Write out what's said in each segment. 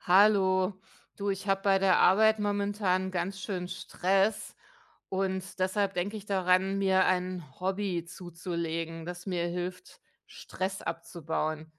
Hallo, du, ich habe bei der Arbeit momentan ganz schön Stress und deshalb denke ich daran, mir ein Hobby zuzulegen, das mir hilft, Stress abzubauen.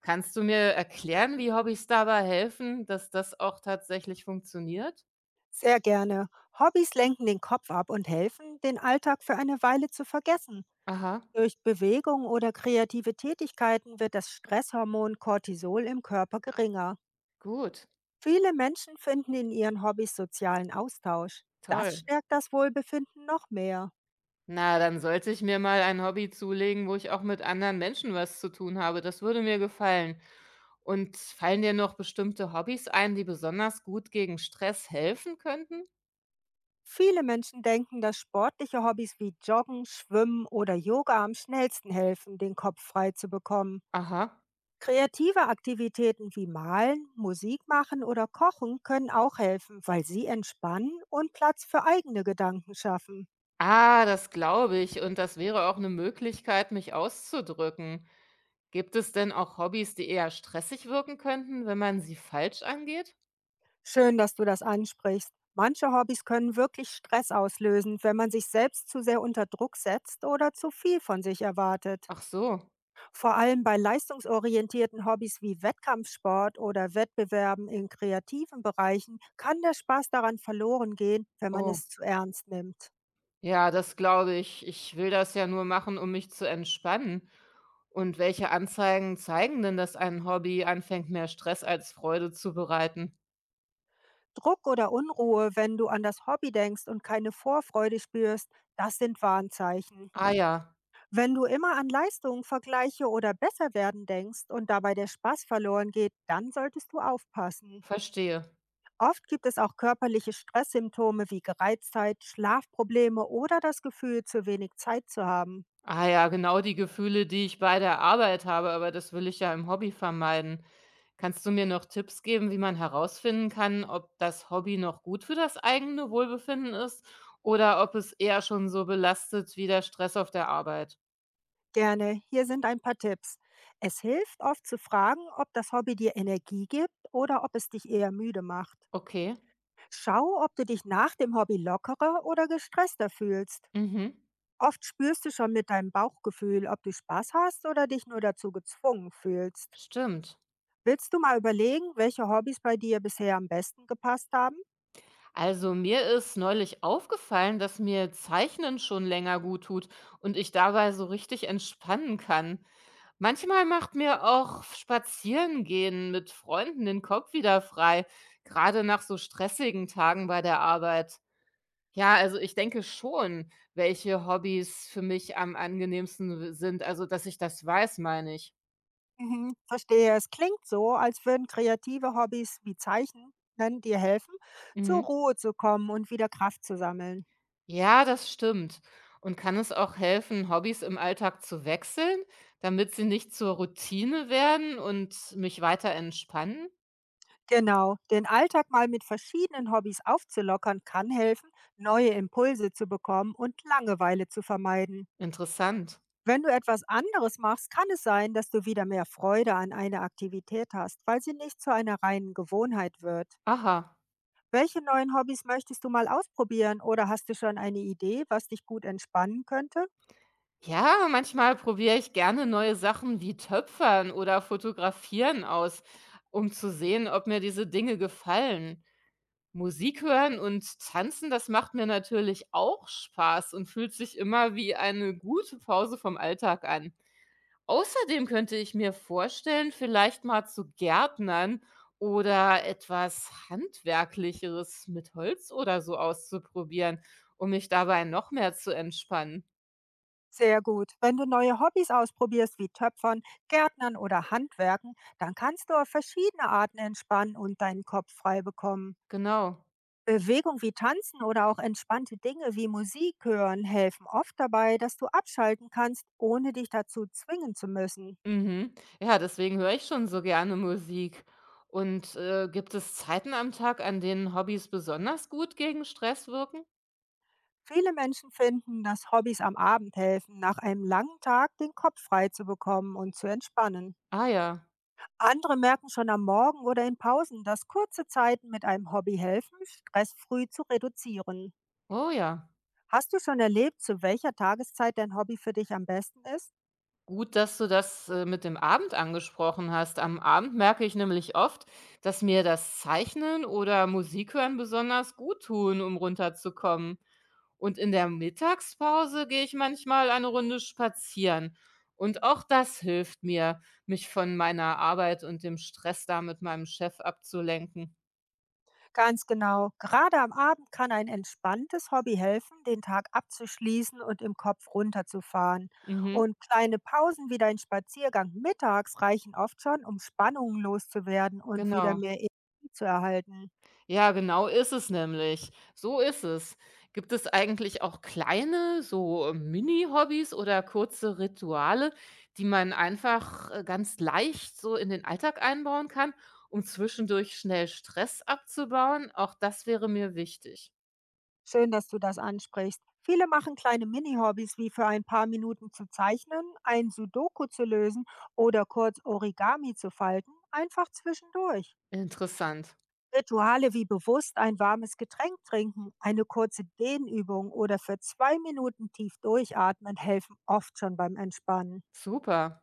Kannst du mir erklären, wie Hobbys dabei helfen, dass das auch tatsächlich funktioniert? Sehr gerne. Hobbys lenken den Kopf ab und helfen, den Alltag für eine Weile zu vergessen. Aha, Durch Bewegung oder kreative Tätigkeiten wird das Stresshormon Cortisol im Körper geringer. gut, Viele Menschen finden in ihren Hobbys sozialen Austausch. Das toll. stärkt das Wohlbefinden noch mehr. Na, dann sollte ich mir mal ein Hobby zulegen, wo ich auch mit anderen Menschen was zu tun habe. Das würde mir gefallen. Und fallen dir noch bestimmte Hobbys ein, die besonders gut gegen Stress helfen könnten? Viele Menschen denken, dass sportliche Hobbys wie Joggen, Schwimmen oder Yoga am schnellsten helfen, den Kopf frei zu bekommen. Aha. Kreative Aktivitäten wie Malen, Musik machen oder Kochen können auch helfen, weil sie entspannen und Platz für eigene Gedanken schaffen. Ah, das glaube ich. Und das wäre auch eine Möglichkeit, mich auszudrücken. Gibt es denn auch Hobbys, die eher stressig wirken könnten, wenn man sie falsch angeht? Schön, dass du das ansprichst. Manche Hobbys können wirklich Stress auslösen, wenn man sich selbst zu sehr unter Druck setzt oder zu viel von sich erwartet. Ach so. Vor allem bei leistungsorientierten Hobbys wie Wettkampfsport oder Wettbewerben in kreativen Bereichen kann der Spaß daran verloren gehen, wenn man Oh. es zu ernst nimmt. Ja, das glaube ich. Ich will das ja nur machen, um mich zu entspannen. Und welche Anzeigen zeigen denn, dass ein Hobby anfängt, mehr Stress als Freude zu bereiten? Druck oder Unruhe, wenn du an das Hobby denkst und keine Vorfreude spürst, das sind Warnzeichen. Ah ja, Wenn du immer an Leistung, Vergleiche oder Besserwerden denkst und dabei der Spaß verloren geht, dann solltest du aufpassen. verstehe. Oft gibt es auch körperliche Stresssymptome wie Gereiztheit, Schlafprobleme oder das Gefühl, zu wenig Zeit zu haben. Ah ja, genau die Gefühle, die ich bei der Arbeit habe, aber das will ich ja im Hobby vermeiden. Kannst du mir noch Tipps geben, wie man herausfinden kann, ob das Hobby noch gut für das eigene Wohlbefinden ist oder ob es eher schon so belastet wie der Stress auf der Arbeit? Gerne, hier sind ein paar Tipps. Es hilft oft zu fragen, ob das Hobby dir Energie gibt oder ob es dich eher müde macht. Okay. Schau, ob du dich nach dem Hobby lockerer oder gestresster fühlst. Mhm. Oft spürst du schon mit deinem Bauchgefühl, ob du Spaß hast oder dich nur dazu gezwungen fühlst. Stimmt. Willst du mal überlegen, welche Hobbys bei dir bisher am besten gepasst haben? Also mir ist neulich aufgefallen, dass mir Zeichnen schon länger gut tut und ich dabei so richtig entspannen kann. Manchmal macht mir auch Spazierengehen mit Freunden den Kopf wieder frei, gerade nach so stressigen Tagen bei der Arbeit. Ja, also ich denke schon, welche Hobbys für mich am angenehmsten sind. Also, dass ich das weiß, meine ich. Mhm. Verstehe, es klingt so, als würden kreative Hobbys wie Zeichnen dir helfen, zur Mhm. Ruhe zu kommen und wieder Kraft zu sammeln. Ja, das stimmt. Und kann es auch helfen, Hobbys im Alltag zu wechseln, damit sie nicht zur Routine werden und mich weiter entspannen? Genau, den Alltag mal mit verschiedenen Hobbys aufzulockern kann helfen, neue Impulse zu bekommen und Langeweile zu vermeiden. Interessant. Wenn du etwas anderes machst, kann es sein, dass du wieder mehr Freude an einer Aktivität hast, weil sie nicht zu einer reinen Gewohnheit wird. Aha. Welche neuen Hobbys möchtest du mal ausprobieren oder hast du schon eine Idee, was dich gut entspannen könnte? Ja, manchmal probiere ich gerne neue Sachen wie Töpfern oder Fotografieren aus, um zu sehen, ob mir diese Dinge gefallen. Musik hören und tanzen, das macht mir natürlich auch Spaß und fühlt sich immer wie eine gute Pause vom Alltag an. Außerdem könnte ich mir vorstellen, vielleicht mal zu gärtnern oder etwas Handwerklicheres mit Holz oder so auszuprobieren, um mich dabei noch mehr zu entspannen. Sehr gut. Wenn du neue Hobbys ausprobierst wie Töpfern, Gärtnern oder Handwerken, dann kannst du auf verschiedene Arten entspannen und deinen Kopf frei bekommen. Genau. Bewegung wie Tanzen oder auch entspannte Dinge wie Musik hören helfen oft dabei, dass du abschalten kannst, ohne dich dazu zwingen zu müssen. Mhm. Ja, deswegen höre ich schon so gerne Musik. Und gibt es Zeiten am Tag, an denen Hobbys besonders gut gegen Stress wirken? Viele Menschen finden, dass Hobbys am Abend helfen, nach einem langen Tag den Kopf frei zu bekommen und zu entspannen. Ah ja. Andere merken schon am Morgen oder in Pausen, dass kurze Zeiten mit einem Hobby helfen, Stress früh zu reduzieren. Oh ja. Hast du schon erlebt, zu welcher Tageszeit dein Hobby für dich am besten ist? Gut, dass du das, mit dem Abend angesprochen hast. Am Abend merke ich nämlich oft, dass mir das Zeichnen oder Musik hören besonders gut tun, um runterzukommen. Und in der Mittagspause gehe ich manchmal eine Runde spazieren. Und auch das hilft mir, mich von meiner Arbeit und dem Stress da mit meinem Chef abzulenken. Ganz genau. Gerade am Abend kann ein entspanntes Hobby helfen, den Tag abzuschließen und im Kopf runterzufahren. Mhm, Und kleine Pausen wie dein Spaziergang mittags reichen oft schon, um Spannungen loszuwerden und wieder genau. mehr Energie zu erhalten. Ja, genau ist es nämlich. So ist es. Gibt es eigentlich auch kleine, so, Mini-Hobbys oder kurze Rituale, die man einfach, ganz leicht so in den Alltag einbauen kann, um zwischendurch schnell Stress abzubauen? Auch das wäre mir wichtig. Schön, dass du das ansprichst. Viele machen kleine Mini-Hobbys wie für ein paar Minuten zu zeichnen, ein Sudoku zu lösen oder kurz Origami zu falten, einfach zwischendurch. Interessant. Rituale wie bewusst ein warmes Getränk trinken, eine kurze Dehnübung oder für 2 Minuten tief durchatmen helfen oft schon beim Entspannen. Super.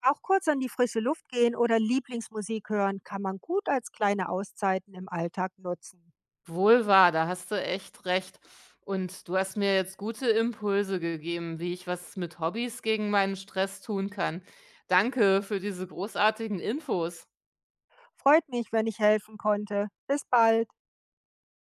Auch kurz an die frische Luft gehen oder Lieblingsmusik hören kann man gut als kleine Auszeiten im Alltag nutzen. Wohl wahr, da hast du echt recht. Und du hast mir jetzt gute Impulse gegeben, wie ich was mit Hobbys gegen meinen Stress tun kann. Danke für diese großartigen Infos. Freut mich, wenn ich helfen konnte. Bis bald.